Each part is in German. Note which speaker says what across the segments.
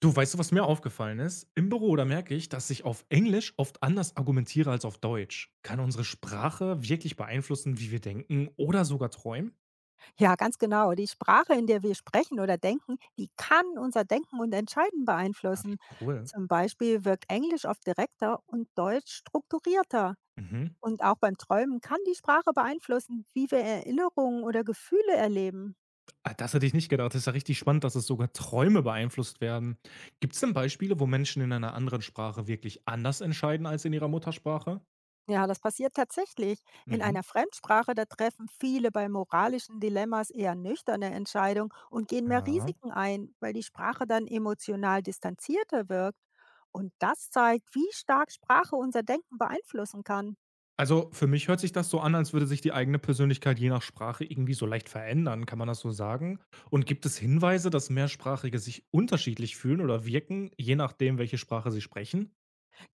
Speaker 1: Du, weißt du, was mir aufgefallen ist? Im Büro, da merke ich, dass ich auf Englisch oft anders argumentiere als auf Deutsch. Kann unsere Sprache wirklich beeinflussen, wie wir denken oder sogar träumen?
Speaker 2: Ja, ganz genau. Die Sprache, in der wir sprechen oder denken, die kann unser Denken und Entscheiden
Speaker 1: Ah, wie
Speaker 2: beeinflussen.
Speaker 1: cool.
Speaker 2: Zum Beispiel wirkt Englisch oft direkter und Deutsch strukturierter.
Speaker 1: Mhm.
Speaker 2: Und auch beim Träumen kann die Sprache beeinflussen, wie wir Erinnerungen oder Gefühle erleben.
Speaker 1: Ah, das hätte ich nicht gedacht. Das ist ja richtig spannend, dass es sogar Träume beeinflusst werden. Gibt es denn Beispiele, wo Menschen in einer anderen Sprache wirklich anders entscheiden als in ihrer Muttersprache?
Speaker 2: Ja, das passiert tatsächlich. In
Speaker 1: Mhm.
Speaker 2: einer Fremdsprache, da treffen viele bei moralischen Dilemmas eher nüchterne Entscheidungen und gehen mehr
Speaker 1: Ja.
Speaker 2: Risiken ein, weil die Sprache dann emotional distanzierter wirkt. Und das zeigt, wie stark Sprache unser Denken beeinflussen kann.
Speaker 1: Also, für mich hört sich das so an, als würde sich die eigene Persönlichkeit je nach Sprache irgendwie so leicht verändern. Kann man das so sagen? Und gibt es Hinweise, dass Mehrsprachige sich unterschiedlich fühlen oder wirken, je nachdem, welche Sprache sie sprechen?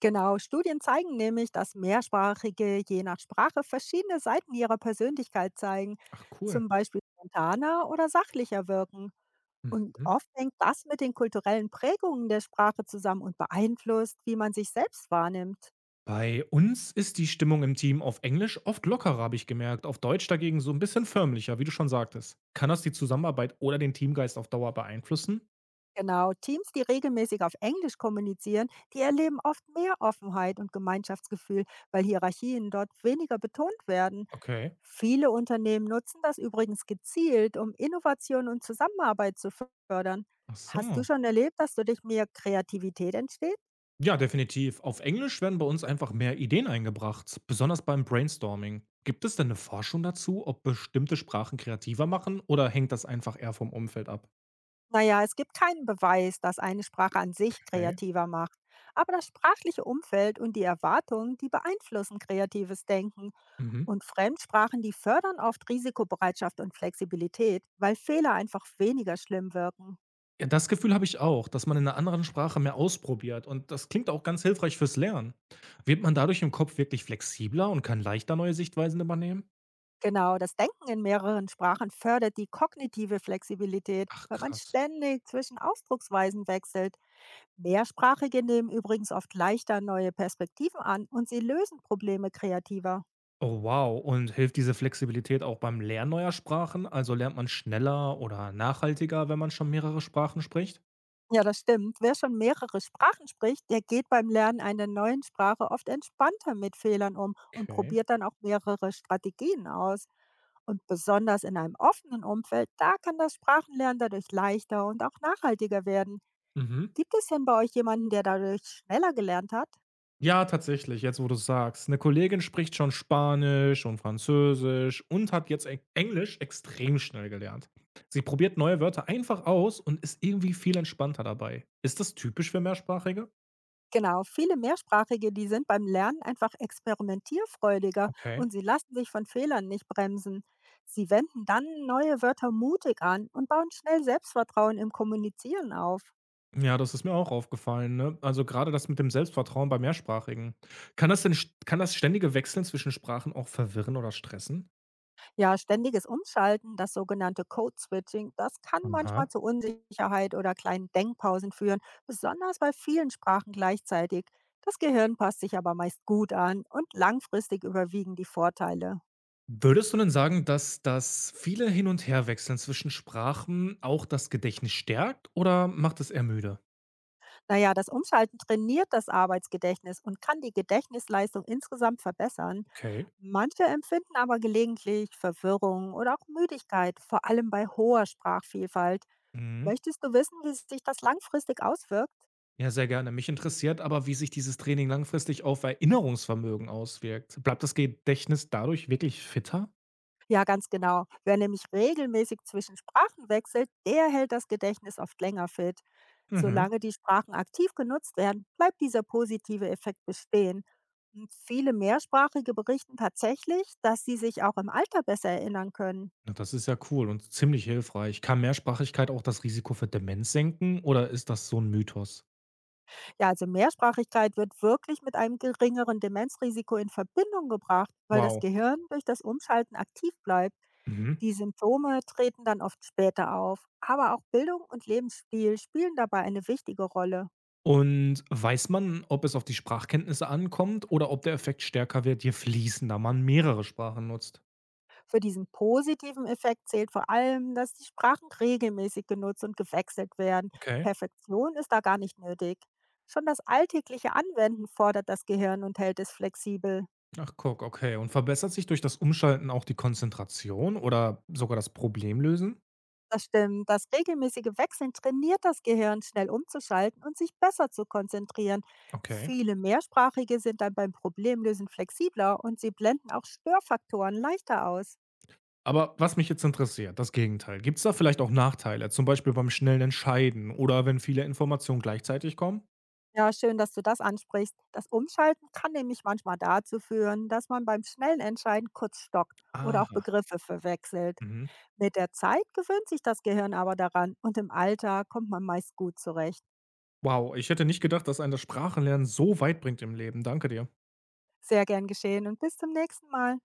Speaker 2: Genau, Studien zeigen nämlich, dass Mehrsprachige je nach Sprache verschiedene Seiten ihrer Persönlichkeit zeigen,
Speaker 1: Ach cool.
Speaker 2: zum Beispiel spontaner oder sachlicher wirken. Und
Speaker 1: Mhm.
Speaker 2: oft hängt das mit den kulturellen Prägungen der Sprache zusammen und beeinflusst, wie man sich selbst wahrnimmt.
Speaker 1: Bei uns ist die Stimmung im Team auf Englisch oft lockerer, habe ich gemerkt. Auf Deutsch dagegen so ein bisschen förmlicher, wie du schon sagtest. Kann das die Zusammenarbeit oder den Teamgeist auf Dauer beeinflussen?
Speaker 2: Genau, Teams, die regelmäßig auf Englisch kommunizieren, die erleben oft mehr Offenheit und Gemeinschaftsgefühl, weil Hierarchien dort weniger betont werden.
Speaker 1: Okay.
Speaker 2: Viele Unternehmen nutzen das übrigens gezielt, um Innovation und Zusammenarbeit zu fördern.
Speaker 1: Ach
Speaker 2: Hast du
Speaker 1: so.
Speaker 2: schon erlebt, dass durch mehr Kreativität entsteht?
Speaker 1: Ja, definitiv. Auf Englisch werden bei uns einfach mehr Ideen eingebracht, besonders beim Brainstorming. Gibt es denn eine Forschung dazu, ob bestimmte Sprachen kreativer machen oder hängt das einfach eher vom Umfeld ab?
Speaker 2: Naja, es gibt keinen Beweis, dass eine Sprache an sich
Speaker 1: Okay.
Speaker 2: kreativer macht. Aber das sprachliche Umfeld und die Erwartungen, die beeinflussen kreatives Denken.
Speaker 1: Mhm.
Speaker 2: Und Fremdsprachen, die fördern oft Risikobereitschaft und Flexibilität, weil Fehler einfach weniger schlimm wirken.
Speaker 1: Ja, das Gefühl habe ich auch, dass man in einer anderen Sprache mehr ausprobiert und das klingt auch ganz hilfreich fürs Lernen. Wird man dadurch im Kopf wirklich flexibler und kann leichter neue Sichtweisen übernehmen?
Speaker 2: Genau, das Denken in mehreren Sprachen fördert die kognitive Flexibilität,
Speaker 1: Ach
Speaker 2: weil man
Speaker 1: krass.
Speaker 2: ständig zwischen Ausdrucksweisen wechselt. Mehrsprachige nehmen übrigens oft leichter neue Perspektiven an und sie lösen Probleme kreativer.
Speaker 1: Oh wow, und hilft diese Flexibilität auch beim Lernen neuer Sprachen? Also lernt man schneller oder nachhaltiger, wenn man schon mehrere Sprachen spricht?
Speaker 2: Ja, das stimmt. Wer schon mehrere Sprachen spricht, der geht beim Lernen einer neuen Sprache oft entspannter mit Fehlern um und
Speaker 1: Okay.
Speaker 2: probiert dann auch mehrere Strategien aus. Und besonders in einem offenen Umfeld, da kann das Sprachenlernen dadurch leichter und auch nachhaltiger werden.
Speaker 1: Mhm.
Speaker 2: Gibt es denn bei euch jemanden, der dadurch schneller gelernt hat?
Speaker 1: Ja, tatsächlich, jetzt wo du's sagst. Eine Kollegin spricht schon Spanisch und Französisch und hat jetzt Englisch extrem schnell gelernt. Sie probiert neue Wörter einfach aus und ist irgendwie viel entspannter dabei. Ist das typisch für Mehrsprachige?
Speaker 2: Genau, viele Mehrsprachige, die sind beim Lernen einfach experimentierfreudiger
Speaker 1: Okay.
Speaker 2: und sie lassen sich von Fehlern nicht bremsen. Sie wenden dann neue Wörter mutig an und bauen schnell Selbstvertrauen im Kommunizieren auf.
Speaker 1: Ja, das ist mir auch aufgefallen, ne? Also, gerade das mit dem Selbstvertrauen bei Mehrsprachigen. Kann das ständige Wechseln zwischen Sprachen auch verwirren oder stressen?
Speaker 2: Ja, ständiges Umschalten, das sogenannte Code-Switching, das kann manchmal
Speaker 1: Aha.
Speaker 2: zu Unsicherheit oder kleinen Denkpausen führen, besonders bei vielen Sprachen gleichzeitig. Das Gehirn passt sich aber meist gut an und langfristig überwiegen die Vorteile.
Speaker 1: Würdest du denn sagen, dass das viele Hin und Herwechseln zwischen Sprachen auch das Gedächtnis stärkt oder macht es eher müde?
Speaker 2: Naja, das Umschalten trainiert das Arbeitsgedächtnis und kann die Gedächtnisleistung insgesamt verbessern.
Speaker 1: Okay.
Speaker 2: Manche empfinden aber gelegentlich Verwirrung oder auch Müdigkeit, vor allem bei hoher Sprachvielfalt.
Speaker 1: Mhm.
Speaker 2: Möchtest du wissen, wie sich das langfristig auswirkt?
Speaker 1: Ja, sehr gerne. Mich interessiert aber, wie sich dieses Training langfristig auf Erinnerungsvermögen auswirkt. Bleibt das Gedächtnis dadurch wirklich fitter?
Speaker 2: Ja, ganz genau. Wer nämlich regelmäßig zwischen Sprachen wechselt, der hält das Gedächtnis oft länger fit.
Speaker 1: Mhm.
Speaker 2: Solange die Sprachen aktiv genutzt werden, bleibt dieser positive Effekt bestehen. Und viele Mehrsprachige berichten tatsächlich, dass sie sich auch im Alter besser erinnern können.
Speaker 1: Na, das ist ja cool und ziemlich hilfreich. Kann Mehrsprachigkeit auch das Risiko für Demenz senken oder ist das so ein Mythos?
Speaker 2: Ja, also Mehrsprachigkeit wird wirklich mit einem geringeren Demenzrisiko in Verbindung gebracht, weil das
Speaker 1: Wow.
Speaker 2: Gehirn durch das Umschalten aktiv bleibt.
Speaker 1: Mhm.
Speaker 2: Die Symptome treten dann oft später auf. Aber auch Bildung und Lebensstil spielen dabei eine wichtige Rolle.
Speaker 1: Und weiß man, ob es auf die Sprachkenntnisse ankommt oder ob der Effekt stärker wird, je fließender man mehrere Sprachen nutzt?
Speaker 2: Für diesen positiven Effekt zählt vor allem, dass die Sprachen regelmäßig genutzt und gewechselt werden.
Speaker 1: Okay.
Speaker 2: Perfektion ist da gar nicht nötig. Schon das alltägliche Anwenden fordert das Gehirn und hält es flexibel.
Speaker 1: Ach, guck, okay. Und verbessert sich durch das Umschalten auch die Konzentration oder sogar das Problemlösen?
Speaker 2: Das stimmt, das regelmäßige Wechseln trainiert das Gehirn, schnell umzuschalten und sich besser zu konzentrieren.
Speaker 1: Okay.
Speaker 2: Viele Mehrsprachige sind dann beim Problemlösen flexibler und sie blenden auch Störfaktoren leichter aus.
Speaker 1: Aber was mich jetzt interessiert, das Gegenteil. Gibt es da vielleicht auch Nachteile, zum Beispiel beim schnellen Entscheiden oder wenn viele Informationen gleichzeitig kommen?
Speaker 2: Ja, schön, dass du das ansprichst. Das Umschalten kann nämlich manchmal dazu führen, dass man beim schnellen Entscheiden kurz stockt oder auch
Speaker 1: Aha.
Speaker 2: Begriffe verwechselt.
Speaker 1: Mhm.
Speaker 2: Mit der Zeit gewöhnt sich das Gehirn aber daran und im Alter kommt man meist gut zurecht.
Speaker 1: Wow, ich hätte nicht gedacht, dass ein das Sprachenlernen so weit bringt im Leben. Danke dir.
Speaker 2: Sehr gern geschehen und bis zum nächsten Mal.